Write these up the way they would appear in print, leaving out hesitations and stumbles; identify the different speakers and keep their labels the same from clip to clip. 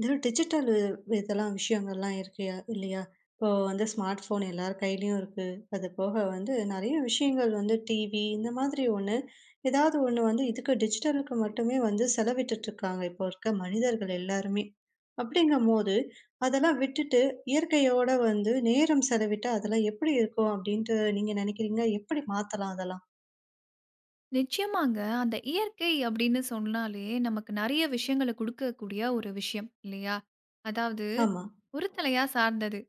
Speaker 1: இந்த டிஜிட்டல் இதெல்லாம் விஷயங்கள்லாம் இருக்கு இல்லையா? இப்போ வந்து ஸ்மார்ட் ஃபோன் எல்லார் கையிலயும் இருக்கு. அது போக வந்து நெறைய விஷயங்கள் வந்து டிவி இந்த மாதிரி ஒண்ணு, ஏதாவது ஒண்ணு வந்து இதுக்கு டிஜிட்டலுக்கு மட்டுமே வந்து செலவிட்டுட்டு இருக்காங்க. இப்போ இருக்க மனிதர்கள் எல்லாருமே. அப்படிங்கும்போது, அதெல்லாம் விட்டுட்டு இயற்கையோட வந்து நேரம் செலவிட்டா அதெல்லாம் எப்படி இருக்கும் அப்படின்ட்டு நீங்க நெனைக்கிறீங்க? எப்படி மாத்தலாம் அதெல்லாம்?
Speaker 2: நிச்சயமாங்க. அந்த இயற்கை அப்படின்னு சொன்னாலே, நமக்கு நெறைய விஷயங்கள குடுக்கக்கூடிய ஒரு விஷயம் இல்லையா? அதாவது
Speaker 1: ஆமா.
Speaker 2: ஒரு தலையா சார்ந்தது.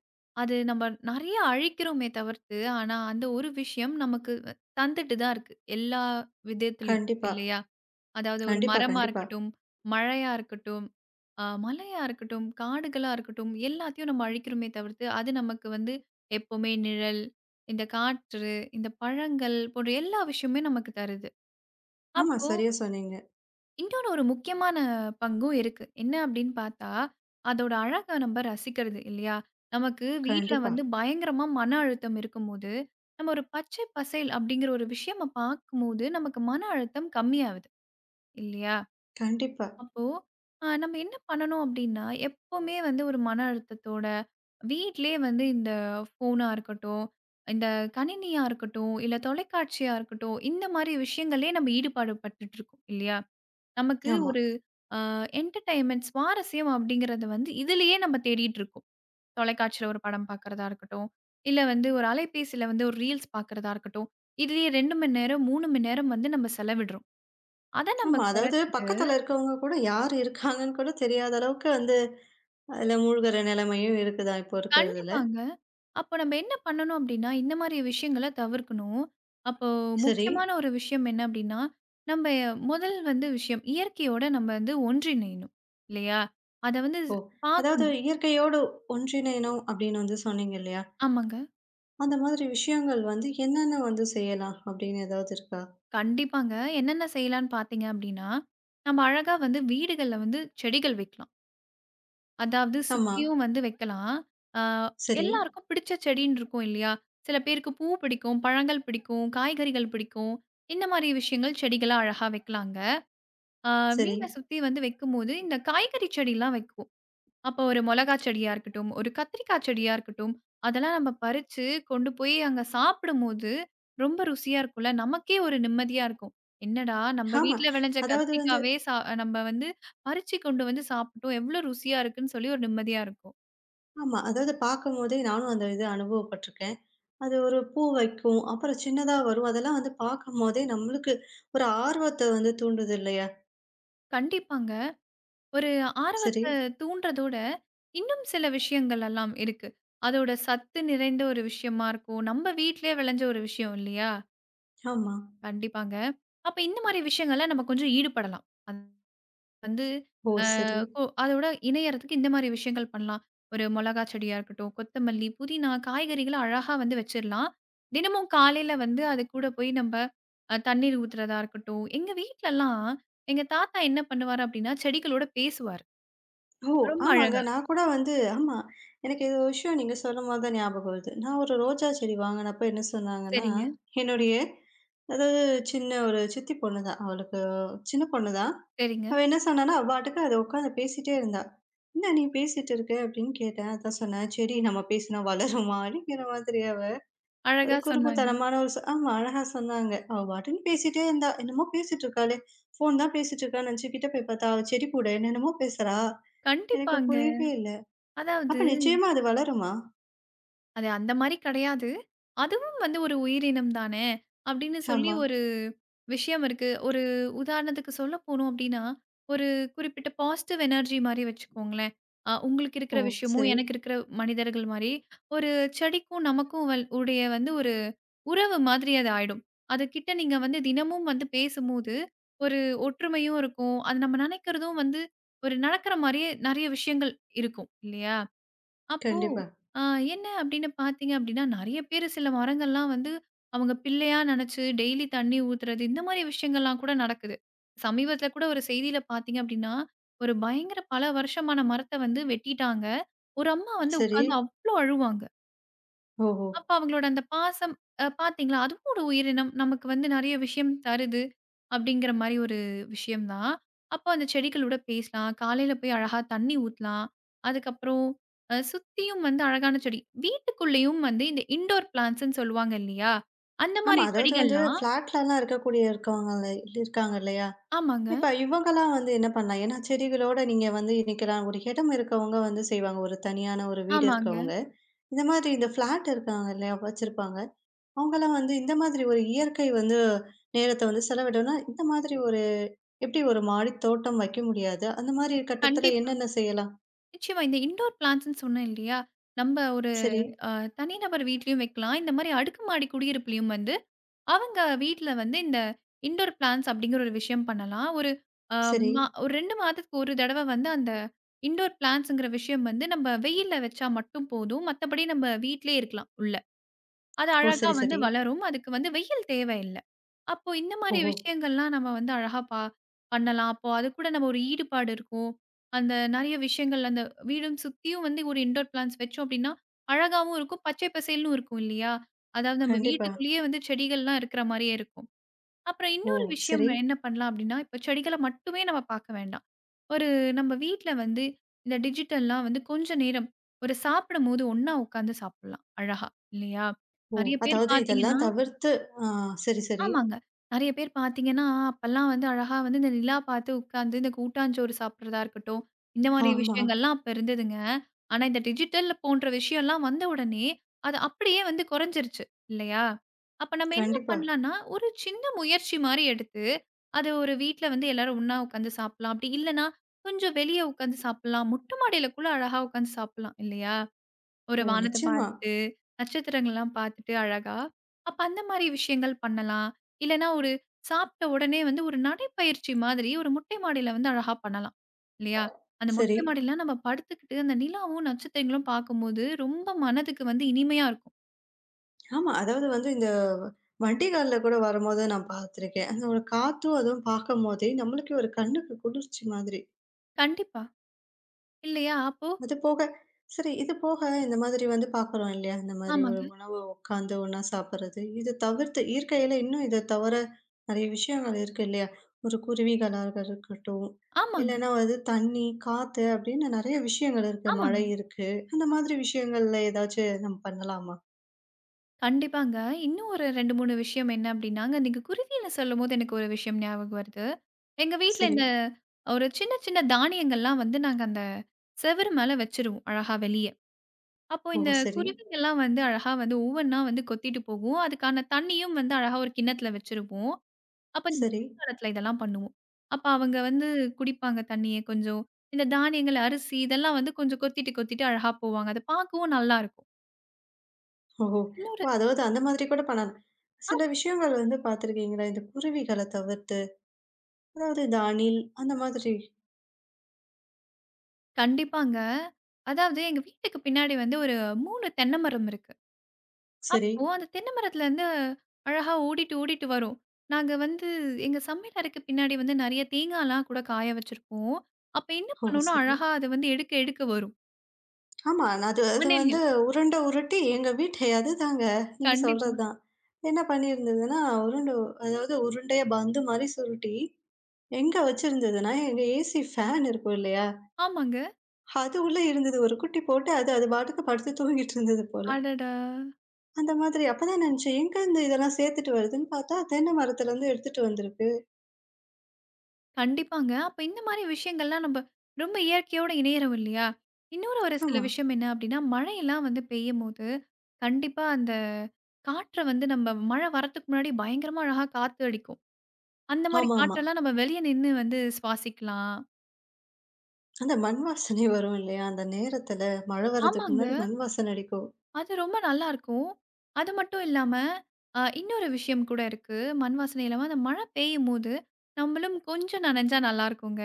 Speaker 2: அது நம்ம நெறைய அழிக்கிறோமே தவிர்த்து, ஆனா அந்த ஒரு விஷயம் நமக்கு தந்துட்டு தான் இருக்கு. எல்லா விதத்திலயும்
Speaker 1: கண்டிப்பா.
Speaker 2: இல்லையா? அதாவது ஒரு
Speaker 1: கண்டிப்பா,
Speaker 2: மரமா
Speaker 1: கண்டிப்பா.
Speaker 2: இருக்கட்டும், மழையா இருக்கட்டும், மலையா இருக்கட்டும், காடுகளா இருக்கட்டும், எல்லாத்தையும் நம்ம அழிக்கிறோமே தவிர்த்து, அது நமக்கு வந்து எப்பவுமே நிழல், இந்த காற்று, இந்த பழங்கள் போன்ற எல்லா விஷயமுமே நமக்கு தருது.
Speaker 1: ஆமா,
Speaker 2: அப்போ
Speaker 1: சரியா சொன்னீங்க.
Speaker 2: இன்னொன்னு ஒரு முக்கியமான பங்கும் இருக்கு. என்ன அப்படின்னு பார்த்தா, அதோட அழக நம்ம ரசிக்கிறது இல்லையா? நமக்கு வீட்ல
Speaker 1: கண்டிப்பா,
Speaker 2: வந்து பயங்கரமா மன அழுத்தம் இருக்கும்போது, நம்ம ஒரு பச்சை பசேல் அப்படிங்கிற ஒரு விஷயமா பார்க்கும்போது நமக்கு மன அழுத்தம் கம்மியாகுது இல்லையா?
Speaker 1: கண்டிப்பா.
Speaker 2: அப்போ நம்ம என்ன பண்ணணும் அப்படின்னா, எப்பவுமே வந்து ஒரு மன அழுத்தத்தோட வீட்டிலேயே வந்து இந்த ஃபோனா இருக்கட்டும், இந்த கணினியா இருக்கட்டும், இல்ல தொலைக்காட்சியா இருக்கட்டும், இந்த மாரி விஷயங்களே நம்ம ஈடுபாடு பட்டுட்டு இருக்கோம் இல்லையா? நமக்கு
Speaker 1: ஆமா.
Speaker 2: ஒரு அ என்டர்டெயின்மென்ட் சுவாரஸ்யம் அப்படிங்கிறது வந்து இதிலேயே நம்ம தேடிட்டு இருக்கோம். தொலைக்காட்சியில ஒரு படம் பார்க்கிறதா இருக்கட்டும், இல்ல வந்து ஒரு அலைபேசியில வந்து ஒரு ரீல்ஸ் பார்க்கிறதா இருக்கட்டும். இதுலயே 2 மணி நேரம், 3 மணி நேரம் வந்து நம்ம செலவிடுறோம். அத நம்ம
Speaker 1: ஆமா. அதாவது
Speaker 2: குறைச்சிட்டு
Speaker 1: பக்கத்துல இருக்கவங்க கூட யார் இருக்காங்கன்னு கூட தெரியாத அளவுக்கு வந்து அதுல மூழ்குற நிலைமையும் இருக்குதான் இப்போ இருக்கிறதுல.
Speaker 2: கண்டிப்பாங்க. அப்போ நம்ம என்ன பண்ணணும் அப்படின்னா, இந்த மாரி விஷயங்கள தவிர்க்கணும். அப்போ
Speaker 1: சரி.
Speaker 2: முக்கியமான ஒரு விஷயம் என்ன அப்படின்னா, நம்ம முதல் வந்து விஷயம் இயற்கையோட நம்ம வந்து ஒன்றிணையணும் இல்லையா? அத வந்து
Speaker 1: ஓ! அதாவது
Speaker 2: பார்க்கணும்.
Speaker 1: இயற்கையோடு ஒன்றிணையணும் அப்படின்னு வந்து சொன்னீங்க இல்லையா?
Speaker 2: ஆமாங்க.
Speaker 1: அந்த மாதிரி விஷயங்கள் வந்து என்னென்ன வந்து செய்யலாம் அப்படின்னு ஏதாவது இருக்கா?
Speaker 2: கண்டிப்பாங்க. என்னென்ன செய்யலான்னு பார்த்தீங்க அப்டின்னா, நம்ம அழகா வந்து வீடுகள்ல வந்து செடிகள் வைக்கலாம். அதாவது
Speaker 1: ஆமா.
Speaker 2: சுத்தியும் வந்து வைக்கலாம். ஆ
Speaker 1: சரி,
Speaker 2: எல்லாருக்கும் பிடிச்ச செடின்னு இருக்கும் இல்லையா? சில பேருக்கு பூ பிடிக்கும், பழங்கள் பிடிக்கும், காய்கறிகள் பிடிக்கும். இந்த மாரி விஷயங்கள் செடிகளா அழகா வைக்கலாங்க. ஆ
Speaker 1: சரி.
Speaker 2: வீட சுத்தி வந்து வைக்கும்போது இந்த காய்கறி செடிலாம் வைக்கும். அப்போ ஒரு மொளகா செடியா இருக்கட்டும், ஒரு கத்திரிக்காய் செடியா இருக்கட்டும், அதெல்லாம் நம்ம பறிச்சு கொண்டு போய் அங்க சாப்பிடும்போது, ரொம்ப ருசியா இருக்கும்ல. நமக்கே ஒரு நிம்மதியா இருக்கும். என்னடா நம்ம
Speaker 1: ஆமா.
Speaker 2: வீட்ல விளைஞ்ச
Speaker 1: அதாவது வந்து
Speaker 2: கத்திரிக்காவே நம்ம வந்து பறிச்சு கொண்டு வந்து சாப்பிட்டோம். எவ்ளோ ருசியா இருக்குன்னு சொல்லி ஒரு நிம்மதியா இருக்கும்.
Speaker 1: ஆமா. அதாவது பார்க்கும்போதே நானும் அந்த இது அனுபவப்பட்டுருக்கேன். அது ஒரு பூ வைக்கும். அப்புறம் சின்னதா வரும். அதெல்லாம் வந்து பார்க்கும்போதே நம்மளுக்கு ஒரு ஆர்வத்த வந்து தூண்டுது இல்லையா?
Speaker 2: கண்டிப்பாங்க. ஒரு
Speaker 1: சரி.
Speaker 2: ஆர்வத்த தூண்டுறதோட, இன்னும் சில விஷயங்கள் எல்லாம் இருக்கு. அதோட சத்து நிறைந்த ஒரு விஷயமா இருக்கும். நம்ம வீட்லயே விளைஞ்ச ஒரு விஷயம் இல்லையா?
Speaker 1: ஆமா.
Speaker 2: கண்டிப்பாங்க. அப்ப இந்த மாரி விஷயங்கள்ல நம்ம கொஞ்சம் ஈடுபடலாம். அ வந்து
Speaker 1: ஓ!
Speaker 2: அ
Speaker 1: சரி.
Speaker 2: கோ அதோட இணையறதுக்கு இந்த மாரி விஷயங்கள் பண்ணலாம். ஒரு மொளகா செடியா இருக்கட்டும், கொத்தமல்லி, புதினா, காய்கறிகள அழகா வந்து வச்சிரலாம். தினமும் காலையில வந்து அது கூட போய் நம்ப தண்ணீர் ஊத்துறதா இருக்கட்டும். எங்க வீட்லலாம் எங்க தாத்தா என்ன பண்ணுவாரு அப்டின்னா, செடிகளோட பேசுவாரு.
Speaker 1: ஓ!
Speaker 2: ரொம்ப
Speaker 1: ஆமாங்க.
Speaker 2: அழகா.
Speaker 1: நான் கூட வந்து ஆமா. எனக்கு இது ஒரு விஷயம் நீங்க சொல்லும்போது தான் ஞாபகம் வருது. நான் ஒரு ரோஜா செடி வாங்குனப்ப என்ன சொன்னாங்கன்னா,
Speaker 2: சரிங்க,
Speaker 1: என்னுடைய அதாவது சின்ன ஒரு சித்தி பொண்ணு தான். அவளுக்கு சின்ன பொண்ணு தான்.
Speaker 2: சரிங்க.
Speaker 1: அவ என்ன சொன்னான்னா, அவ பாட்டுக்கு அத உட்காந்து பேசிட்டே இருந்தா. "என்ன நீ பேசிட்டு இருக்க?" அப்படின்னு கேட்டேன். அதான் சொன்னா, "செடி நம்ம பேசினா வளருமா?" அப்படிங்கிற மாதிரி அவ ஒரு
Speaker 2: அழகா சொன்னாங்க.
Speaker 1: குறும்புத்தனமான ஒரு ஆமா அழகா சொன்னாங்க. அவ பாட்டுன்னு பேசிட்டே இருந்தா. என்னமோ பேசிட்டு இருக்காளே! ஃபோன் தான் பேசிட்டு இருக்கான்னு நினச்சு கிட்ட போய் பார்த்தா, அவ செடி கூட என்னென்னமோ பேசுறா. எனக்கு
Speaker 2: கண்டிப்பாங்க.
Speaker 1: புரியவே இல்ல.
Speaker 2: அதாவது
Speaker 1: அப்ப நிச்சயமா அது வளருமா?
Speaker 2: அது அந்த மாரி கிடையாது. அதுவும் வந்து ஒரு உயிரினம் தானே! அப்படின்னு சொல்லி
Speaker 1: ஆமா.
Speaker 2: ஒரு விஷயம் இருக்கு. ஒரு உதாரணத்துக்கு சொல்ல போனோம் அப்படின்னா, ஒரு குறிப்பிட்ட பாசிட்டிவ் எனர்ஜி மாரி வச்சுக்கோங்களேன். உங்களுக்கு இருக்கிற
Speaker 1: ஓ!
Speaker 2: விஷயமும்,
Speaker 1: சரி.
Speaker 2: எனக்கு இருக்கிற மனிதர்கள் மாரி, ஒரு செடிக்கும் நமக்கும் வல் உடைய வந்து ஒரு உறவு மாதிரி அது ஆயிடும். அதுகிட்ட நீங்க வந்து தினமும் வந்து பேசும்போது, ஒரு ஒற்றுமையும் இருக்கும். அது நம்ம நினைக்கிறதும் வந்து ஒரு நடக்கிற மாரியே நெறைய விஷயங்கள் இருக்கும் இல்லையா? அப்போ,
Speaker 1: கண்டிப்பா.
Speaker 2: அ என்ன அப்படின்னு பார்த்தீங்க அப்படின்னா, நெறைய பேரு சில மரங்கள்லாம் வந்து அவங்க பிள்ளையா நெனச்சு டெய்லி தண்ணி ஊத்துறது, இந்த மாரி விஷயங்கள்லாம் கூட நடக்குது. சமீபத்தில கூட ஒரு செய்தியில பார்த்தீங்க அப்படின்னா, ஒரு பயங்கர பல வருஷமான மரத்த வந்து வெட்டிட்டாங்க. ஒரு அம்மா வந்து
Speaker 1: சரி.
Speaker 2: உட்கார்ந்து அவ்ளோ அழுவாங்க.
Speaker 1: ஓஹோ!
Speaker 2: அப்ப அவங்களோட அந்த பாசம் பார்த்தீங்களா, அதுவும் ஒரு உயிரினம். நமக்கு வந்து நெறைய விஷயம் தருது, அப்படிங்கிற மாரி ஒரு விஷயம் தான். அப்போ அந்த செடிகளோட பேசலாம். காலையில போய் அழகா தண்ணி ஊத்தலாம். அதுக்கப்புறம் சுத்தியும் வந்து அழகான செடி. வீட்டுக்குள்ளேயும் வந்து இந்த இன்டோர் பிளான்ட்ஸ்ன்னு சொல்லுவாங்க இல்லையா? அந்த
Speaker 1: ஆமா.
Speaker 2: மாரி
Speaker 1: அதாவது வந்து
Speaker 2: செடிகள்லாம்
Speaker 1: ஃப்ளாட்லலாம் இருக்கக்கூடிய இருக்கவங்கல்ல இருக்காங்க இல்லையா?
Speaker 2: ஆமாங்க,
Speaker 1: இப்ப இவங்கலாம் வந்து என்ன பண்ணலாம்? ஏன்னா செடிகளோட நீங்க வந்து நிக்கலாம். ஒரு இடம் இருக்கவங்க வந்து செய்வாங்க. ஒரு தனியான ஒரு வீடு
Speaker 2: ஆமாங்க.
Speaker 1: இருக்கவங்க. இந்த மாதிரி இந்த ஃப்ளாட் இருக்காங்க இல்லையா? வச்சிருப்பாங்க. அவங்கலாம் வந்து இந்த மாதிரி ஒரு இயற்கை வந்து நேரத்த வந்து செலவிடணும்னா, இந்த மாதிரி ஒரு எப்படி ஒரு மாடித் தோட்டம் வைக்க முடியாது. அந்த மாரி கட்டத்துல
Speaker 2: கண்டிப்பா.
Speaker 1: என்னென்ன செய்யலாம்?
Speaker 2: நிச்சயமா இந்த இன்டோர் பிளான்ட்ஸ்ன்னு சொன்னேன் இல்லையா? நம்ப ஒரு
Speaker 1: சரி.
Speaker 2: அ தனிநபர் வீட்லயும் வைக்கலாம். இந்த மாரி அடுக்குமாடி குடியிருப்புலயும் வந்து அவங்க வீட்ல வந்து இந்த இன்டோர் பிளான்ட்ஸ் அப்படிங்கிற ஒரு விஷயம் பண்ணலாம். ஒரு அ
Speaker 1: சரி.
Speaker 2: மா ஒரு 2 மாதத்துக்கு ஒரு தடவ வந்து அந்த இன்டோர் பிளான்ட்ஸ்ங்கிற விஷயம் வந்து நம்ம வெயில்ல வச்சா மட்டும் போதும். மத்தபடி நம்ம வீட்லயே இருக்கலாம் உள்ள. அது
Speaker 1: ஓ!
Speaker 2: அழகா
Speaker 1: சரி,
Speaker 2: வந்து
Speaker 1: சரி.
Speaker 2: வளரும். அதுக்கு வந்து வெயில் தேவையில்ல. அப்போ இந்த மாரி
Speaker 1: ஓஹோ!
Speaker 2: விஷயங்கள்லாம் நம்ம வந்து அழகா பண்ணலாம். அப்போ அதுக்கூட நம்ம ஒரு ஈடுபாடு இருக்கும். அந்த நெறைய விஷயங்கள் அந்த வீடும் சுத்தியும் வந்து ஒரு இன்டோர் பிளான்ட்ஸ் வச்சோம் அப்படின்னா, அழகாவும் இருக்கும். பச்சை பசேல்ன்னு இருக்கும் இல்லையா? அதாவது நம்ம
Speaker 1: கண்டிப்பா.
Speaker 2: வீட்டுக்குள்ளேயே வந்து செடிகள்லாம் இருக்கிற மாரியே இருக்கும். அப்புறம்
Speaker 1: ஓ!
Speaker 2: இன்னொரு விஷயம்
Speaker 1: சரி.
Speaker 2: என்ன பண்ணலாம் அப்படின்னா, இப்ப செடிகள மட்டுமே நம்ம பார்க்க வேண்டாம். ஒரு நம்ம வீட்ல வந்து இந்த டிஜிட்டல்லாம் வந்து கொஞ்ச நேரம் ஒரு சாப்பிடும்போது ஒண்ணா உட்காந்து சாப்பிடலாம். அழகா இல்லையா?
Speaker 1: ஓ!
Speaker 2: நெறைய பேர்
Speaker 1: அதாவது இதெல்லாம்
Speaker 2: பார்த்தீங்கன்னா
Speaker 1: தவிர்த்து ஆ சரி, சரி.
Speaker 2: ஆமாங்க. நெறைய பேர் பார்த்தீங்கன்னா, அப்பல்லாம் வந்து அழகா வந்து இந்த நிலா பார்த்து உட்கார்ந்து இந்த கூட்டாஞ்சோறு சாப்பிடுறதா இருக்கட்டும், இந்த மாரி
Speaker 1: ஆமா.
Speaker 2: விஷயங்கள்லாம் அப்ப இருந்ததுங்க. ஆனா, இந்த டிஜிட்டல் போன்ற விஷயம்லாம் வந்த உடனே, அது அப்படியே வந்து குறைஞ்சிருச்சு இல்லையா? அப்ப நம்ம என்ன
Speaker 1: கண்டிப்பா.
Speaker 2: பண்ணலாம்னா, ஒரு சின்ன முயற்சி மாரி எடுத்து, அது ஒரு வீட்ல வந்து எல்லாரும் ஒண்ணா உட்காந்து சாப்பிடலாம். அப்படி இல்லன்னா, கொஞ்சம் வெளிய உட்காந்து சாப்பிடலாம். மொட்ட மாடியில கூட அழகா உட்காந்து சாப்பிடலாம் இல்லையா? ஒரு
Speaker 1: ஓ!
Speaker 2: வானத்த
Speaker 1: நிச்சயமா.
Speaker 2: பார்த்துட்டு, நட்சத்திரங்கள்லாம் பார்த்துட்டு அழகா. அப்ப அந்த மாரி விஷயங்கள் பண்ணலாம். இல்லன்னா ஒரு சாப்பிட்ட உடனே வந்து ஒரு நடைப்பயிற்சி மாதிரி ஒரு மொட்டை மாடியில வந்து அழகா பண்ணலாம். இல்லையா? அந்த
Speaker 1: சரி.
Speaker 2: மொட்டை மாடில நம்ம படுத்துக்கிட்டு அந்த நிலாவும், நட்சத்திரங்களும் பார்க்கும்போது ரொம்ப மனதுக்கு வந்து இனிமையா இருக்கும்.
Speaker 1: ஆமா. அதாவது வந்து இந்த வண்டி கார்ல கூட வரும்போது நான் பார்த்துருக்கேன். அந்த ஒரு காத்தும் அதுவும் பார்க்கும்போதே நம்மளுக்கே ஒரு கண்ணுக்கு குளிர்ச்சி மாதிரி.
Speaker 2: கண்டிப்பா. இல்லையா? அப்போ
Speaker 1: அது போக சரி இது போக இந்த மாதிரி வந்து பார்க்குறோம் இல்லையா? இந்த மாதிரி ஒரு
Speaker 2: ஆமாங்க,
Speaker 1: உணவு உட்காந்து ஒண்ணா சாப்பிடுறது. இது தவிர்த்து இயற்கையில இன்னும் இத தவிர நெறைய விஷயங்கள் இருக்கு இல்லையா? ஒரு குருவிகளா இருக்கட்டும்,
Speaker 2: ஆமாங்க,
Speaker 1: இல்லன்னா வந்து தண்ணி, காத்து அப்படின்னு நெறைய விஷயங்கள் இருக்கு. மழை
Speaker 2: ஆமாங்க.
Speaker 1: இருக்கு. அந்த மாதிரி விஷயங்கள்ல ஏதாச்சு நம்ம பண்ணலாமா?
Speaker 2: கண்டிப்பாங்க. இன்னும் ஒரு 2, 3 விஷயம் என்ன அப்டின்னாங்க, நீங்க குருவில சொல்லும்போது எனக்கு ஒரு விஷயம் ஞாபகம் வருது. எங்க வீட்ல
Speaker 1: சரி.
Speaker 2: இந்த ஒரு சின்ன சின்ன தானியங்கள்லாம் வந்து நாங்க அந்த செவுரு மேல வச்சுருவோம் அழகா வெளிய. அப்போ
Speaker 1: ஓ!
Speaker 2: இந்த
Speaker 1: சரி,
Speaker 2: குருவிங்கலாம் வந்து அழகா வந்து ஒவ்வொன்னா வந்து கொத்திட்டு போகும். அதுக்கான தண்ணீயும் வந்து அழகா ஒரு கிண்ணத்துல வச்சுருப்போம். அப்ப இந்த
Speaker 1: சரி.
Speaker 2: வெயில் காலத்துல இதெல்லாம் பண்ணுவோம். அப்ப அவங்க வந்து குடிப்பாங்க தண்ணிய கொஞ்சம். இந்த தானியங்கள், அரிசி இதெல்லாம் வந்து கொஞ்சம் கொத்திட்டு, கொத்திட்டு அழகா போவாங்க. அத பார்க்கவும் நல்லாருக்கும்.
Speaker 1: ஓஹோ!
Speaker 2: இன்னொரு
Speaker 1: ஓ! அதாவது அந்த மாதிரி கூட பண்ணலாம்.
Speaker 2: ஆமா
Speaker 1: சில விஷயங்கள் வந்து பார்த்துருக்கீங்களா? இந்த குருவிகள தவிர்த்து, அதாவது இந்த அணில் அந்த மாதிரி.
Speaker 2: கண்டிப்பாங்க. அதாவது எங்க வீட்டுக்கு பின்னாடி வந்து ஒரு 3 தென்னை மரம் இருக்கு.
Speaker 1: சரி.
Speaker 2: அப்போ அந்த தென்னை மரத்துலேருந்து அழகா ஓடிட்டு, ஓடிட்டு வரும். நாங்க வந்து எங்க சமையல் அறைக்கு பின்னாடி வந்து நெறைய தேங்காய்லாம் கூட காய வச்சிருப்போம். அப்ப என்ன
Speaker 1: ஓ!
Speaker 2: பண்ணும்னா,
Speaker 1: சரி.
Speaker 2: அழகா அத வந்து எடுக்க, எடுக்க வரும்.
Speaker 1: ஆமா. நான் அது அது வந்து
Speaker 2: அணில்கள்.
Speaker 1: உருண்ட உருட்டி எங்க வீட்டு அதுதாங்க. நீங்க
Speaker 2: கண்டிப்பா.
Speaker 1: சொல்றது தான். என்ன பண்ணியிருந்ததுன்னா, உருண்ட அதாவது உருண்டையா பந்து மாரி சுருட்டி, எங்க வச்சிருந்ததுன்னா, எங்க ஏசி ஃபேன் இருக்கும் இல்லையா?
Speaker 2: ஆமாங்க.
Speaker 1: அது உள்ள இருந்தது. ஒரு குட்டி போட்டு, அது அது பாட்டுக்கு படுத்து தூங்கிட்டு இருந்தது போல.
Speaker 2: அடடா!
Speaker 1: அந்த மாதிரி அப்பதான் நினைச்சேன், எங்கருந்து இதெல்லாம் சேர்த்துட்டு வருதுன்னு பார்த்தா, தென்னை மரத்துலருந்து எடுத்துட்டு வந்திருக்கு.
Speaker 2: கண்டிப்பாங்க. அப்ப இந்த மாரி விஷயங்கள்லாம் நம்ப ரொம்ப இயற்கையோட இணையறோம் இல்லையா? இன்னொரு ஒரு சில
Speaker 1: ஆமா.
Speaker 2: விஷயம் என்ன அப்டின்னா, மழையெல்லாம் வந்து பெய்யும்போது, கண்டிப்பா அந்த காற்ற வந்து நம்ம மழை வரத்துக்கு முன்னாடி பயங்கரமா அழகா காத்து அடிக்கும். அந்த மாரி
Speaker 1: ஆமாமா.
Speaker 2: காற்றெல்லாம் நம்ம வெளிய நின்னு வந்து சுவாசிக்கலாம்.
Speaker 1: அந்த மண் வாசனை வரும் இல்லையா? அந்த நேரத்துல மழை வர்றதுக்கு
Speaker 2: ஆமாங்க.
Speaker 1: முன்னாடி மண் வாசனை அடிக்கும்.
Speaker 2: அது ரொம்ப நல்லாருக்கும். அது மட்டும் இல்லாம, இன்னொரு விஷயம் கூட இருக்கு. மண் வாசனை இல்லாம அந்த மழை பெய்யும்போது, நம்மளும் கொஞ்சம் நனைஞ்சா நல்லாருக்குங்க.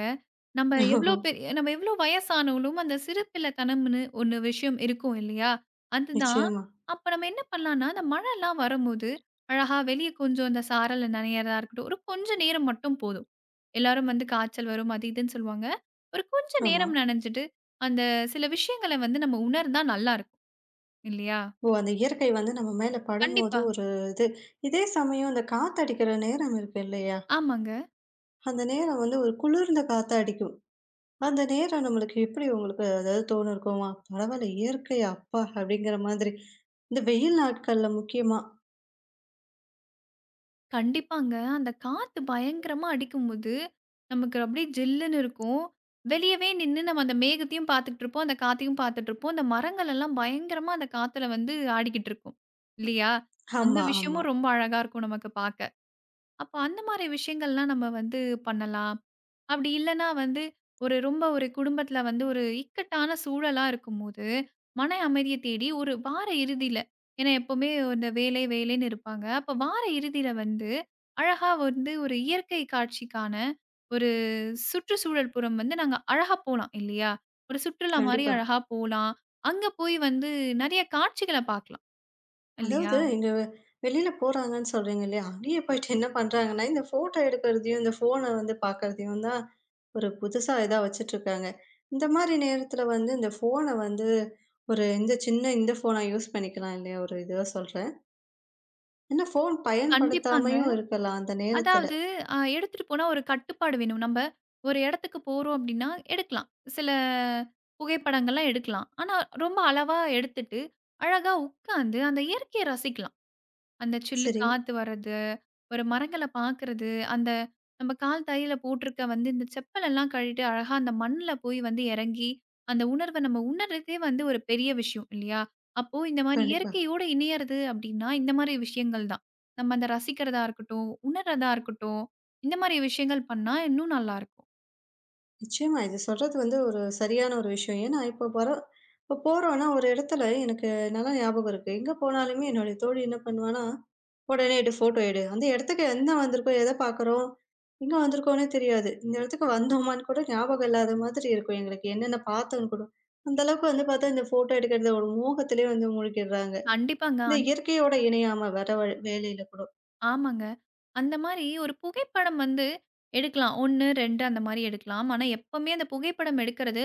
Speaker 2: நம்ம எவ்ளோ வயசானாலும் அந்த சிறு பிள்ளைத்தனம்னு ஒண்ணு விஷயம் இருக்கும் இல்லையா? அதுதான்.
Speaker 1: நிச்சயமா.
Speaker 2: அப்ப நம்ம என்ன பண்ணலான்னா, அந்த மழைலாம் வரும்போது, அழகா வெளிய கொஞ்சம் அந்த சாரல்ல நனையறதா இருக்கட்டும், ஒரு கொஞ்ச நேரம் மட்டும் போதும். எல்லாரும் வந்து காய்ச்சல் வரும், அது இதுன்னு சொல்லுவாங்க. ஒரு கொஞ்ச
Speaker 1: ஆமா.
Speaker 2: நேரம் நனைஞ்சுட்டு, அந்த சில விஷயங்கள வந்து நம்ம உணர்ந்தா நல்லாருக்கும். இல்லையா?
Speaker 1: ஓ! அந்த இயற்கை வந்து நம்ம மேல படும்போது
Speaker 2: கண்டிப்பா.
Speaker 1: ஒரு இது. இதே சமயம் அந்த காத்தடிக்கிற நேரம் இருக்கு இல்லையா?
Speaker 2: ஆமாங்க.
Speaker 1: அந்த நேரம் வந்து ஒரு குளிர்ந்த காத்தா அடிக்கும். அந்த நேரம் நம்மளுக்கு எப்படி உங்களுக்கு அதாவது தோணிருக்கும்? "வா பரவால்ல இயற்கை அப்பா!" அப்படிங்கிற மாதிரி. இந்த வெயில் நாட்கள்ல முக்கியமா.
Speaker 2: கண்டிப்பாங்க. அந்த காத்து பயங்கரமா அடிக்கும்போது, நமக்கு அப்படியே ஜில்லுன்னு இருக்கும். வெளியவே நின்னு நம்ம அந்த மேகத்தையும் பார்த்துக்கிட்டு இருப்போம். அந்த காத்தையும் பார்த்துட்டு இருப்போம். அந்த மரங்கள் எல்லாம் பயங்கரமா அந்த காத்துல வந்து ஆடிக்கிட்டு இருக்கும். இல்லையா? அந்த
Speaker 1: ஆமா, ஆமா.
Speaker 2: விஷயமும் ரொம்ப அழகா இருக்கும் நமக்கு பார்க்க. அப்ப அந்த மாரி விஷயங்கள்லாம் நம்ம வந்து பண்ணலாம். அப்படி இல்லன்னா வந்து, ஒரு குடும்பத்தில வந்து ஒரு இக்கட்டான சூழலா இருக்கும்போது, மன அமைதிய தேடி ஒரு வார இறுதியில ஏன்னா எப்பவுமே இந்த வேலை வேலைன்னு இருப்பாங்க. அப்ப வார இறுதியில வந்து, அழகா வந்து ஒரு இயற்கை காட்சிக்கான ஒரு சுற்றுச்சூழல் புறம் வந்து நாங்க அழகா போலாம் இல்லையா? ஒரு சுற்றுலா மாரி
Speaker 1: கண்டிப்பா.
Speaker 2: அழகா போலாம். அங்க போய் வந்து நெறைய காட்சிகள பார்க்கலாம்
Speaker 1: அதாவது
Speaker 2: இல்லையா?
Speaker 1: இங்க வெளியில போறாங்கன்னு சொல்றீங்க இல்லையா? அங்கேயே போயிட்டு என்ன பண்றாங்கன்னா, இந்த ஃபோட்டோ எடுக்கிறதையும், இந்த ஃபோன வந்து பார்க்கறதையும் தான் ஒரு புதுசா இதா வச்சுட்ருக்காங்க. இந்த மாரி நேரத்துல வந்து இந்த ஃபோன வந்து ஒரு இந்த சின்ன இந்த ஃபோனா யூஸ் பண்ணிக்கலாம் இல்லையா? ஒரு இதுவா சொல்றேன். ஏன்னா ஃபோன்
Speaker 2: கண்டிப்பாங்க.
Speaker 1: பயன்படுத்தாமயும் இருக்கலாம் அந்த நேரத்துல.
Speaker 2: அதாவது எடுத்துட்டு போனா ஒரு கட்டுப்பாடு வேணும். நம்ப ஒரு இடத்துக்கு போறோம் அப்டின்னா, எடுக்கலாம். சில புகைப்படங்கள்லாம் எடுக்கலாம். ஆனா, ரொம்ப அளவா எடுத்துட்டு, அழகா உட்காந்து அந்த இயற்கைய ரசிக்கலாம். அந்த சில்லு
Speaker 1: சரி,
Speaker 2: காத்து வர்றது, ஒரு மரங்கள பார்க்குறது, அந்த நம்ம கால் தரையில போட்டிருக்க வந்து இந்த செப்பலெல்லாம் கழட்டிட்டு அழகா அந்த மண்ணுல போய் வந்து இறங்கி, அந்த உணர்வ நம்ம உணர்றதே வந்து ஒரு பெரிய விஷயம் இல்லையா? அப்போ இந்த மாரி
Speaker 1: கண்டிப்பா.
Speaker 2: இயற்கையோட இணையறது அப்படின்னா, இந்த மாரி விஷயங்கள் தான். நம்ம அத ரசிக்கிறதா இருக்கட்டும், உணர்றதா இருக்கட்டும், இந்த மாரி விஷயங்கள் பண்ணா இன்னும் நல்லாருக்கும்.
Speaker 1: நிச்சயமா இது சொல்றது வந்து ஒரு சரியான ஒரு விஷயம். ஏன்னா இப்போ போறோம்னா ஒரு இடத்துல எனக்கு நல்லா ஞாபகம் இருக்கு. எங்க போனாலுமே என்னுடைய தோழி என்ன பண்ணுவான்னா உடனே எடு ஃபோட்டோ எடு. அந்த இடத்துக்கு என்ன வந்திருக்கோம்? எத பார்க்குறோம்? எங்க வந்திருக்கோன்னே தெரியாது. இந்த இடத்துக்கு வந்தோமான்னு கூட ஞாபகம் இல்லாத மாதிரி இருக்கும் எங்களுக்கு. என்னென்ன பார்த்தோன்னு கூட. அந்த அளவுக்கு வந்து பார்த்தா, இந்த ஃபோட்டோ எடுக்கிறது ஒரு மோகத்திலேயே வந்து மூழ்கிடுறாங்க.
Speaker 2: கண்டிப்பாங்க.
Speaker 1: இந்த இயற்கையோட இணையாம வர வழி வேலையில கூட.
Speaker 2: ஆமாங்க. அந்த மாரி ஒரு புகைப்படம் வந்து எடுக்கலாம். 1, 2 அந்த மாரி எடுக்கலாம். ஆனா, எப்பவுமே அந்த புகைப்படம் எடுக்கிறது,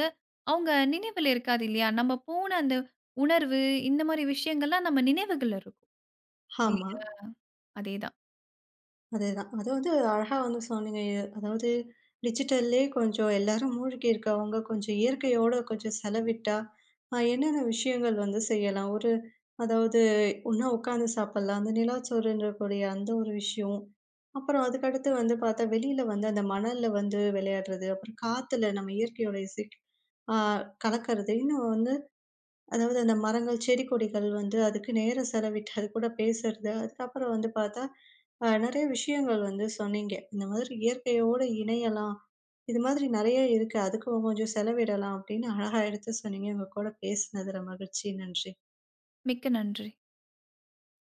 Speaker 2: அவங்க நினைவுல இருக்காது இல்லையா? நம்ம போன அந்த உணர்வு, இந்த மாரி விஷயங்கள்லாம் நம்ம நினைவுகள்ல இருக்கும்.
Speaker 1: ஆமா.
Speaker 2: இல்லையா? அதேதான்.
Speaker 1: அதேதான். அதாவது அழகா வந்து சொன்னீங்க. அதாவது டிஜிட்டல்லயே கொஞ்சம் எல்லாரும் மூழ்கி இருக்கவங்க, கொஞ்சம் இயற்கையோட கொஞ்சம் செலவிட்டா, என்னென்ன விஷயங்கள் வந்து செய்யலாம்? ஒரு அதாவது ஒண்ணா உட்காந்து சாப்பிடலாம். அந்த நிலாச்சோறுன்றக்கூடிய அந்த ஒரு விஷயம். அப்புறம் அதுக்கடுத்து வந்து பார்த்தா, வெளியில வந்து அந்த மணல்ல வந்து விளையாடுறது, அப்புறம் காத்துல நம்ம இயற்கையோட இசைக்கு அ கலக்கறது. இன்னும் வந்து அதாவது அந்த மரங்கள், செடி கொடிகள் வந்து அதுக்கு நேரம் செலவிட்டு அது கூட பேசுறது. அதுக்கப்புறம் வந்து பார்த்தா, நெறைய விஷயங்கள் வந்து சொன்னீங்க. இந்த மாதிரி இயற்கையோடு இணையலாம். இது மாதிரி நெறைய இருக்கு. அதுக்கு கொஞ்சம் செலவிடலாம் அப்படின்னு அழகா எடுத்து சொன்னீங்க. உங்க கூட பேசினதுல மகிழ்ச்சி. நன்றி.
Speaker 2: மிக்க நன்றி.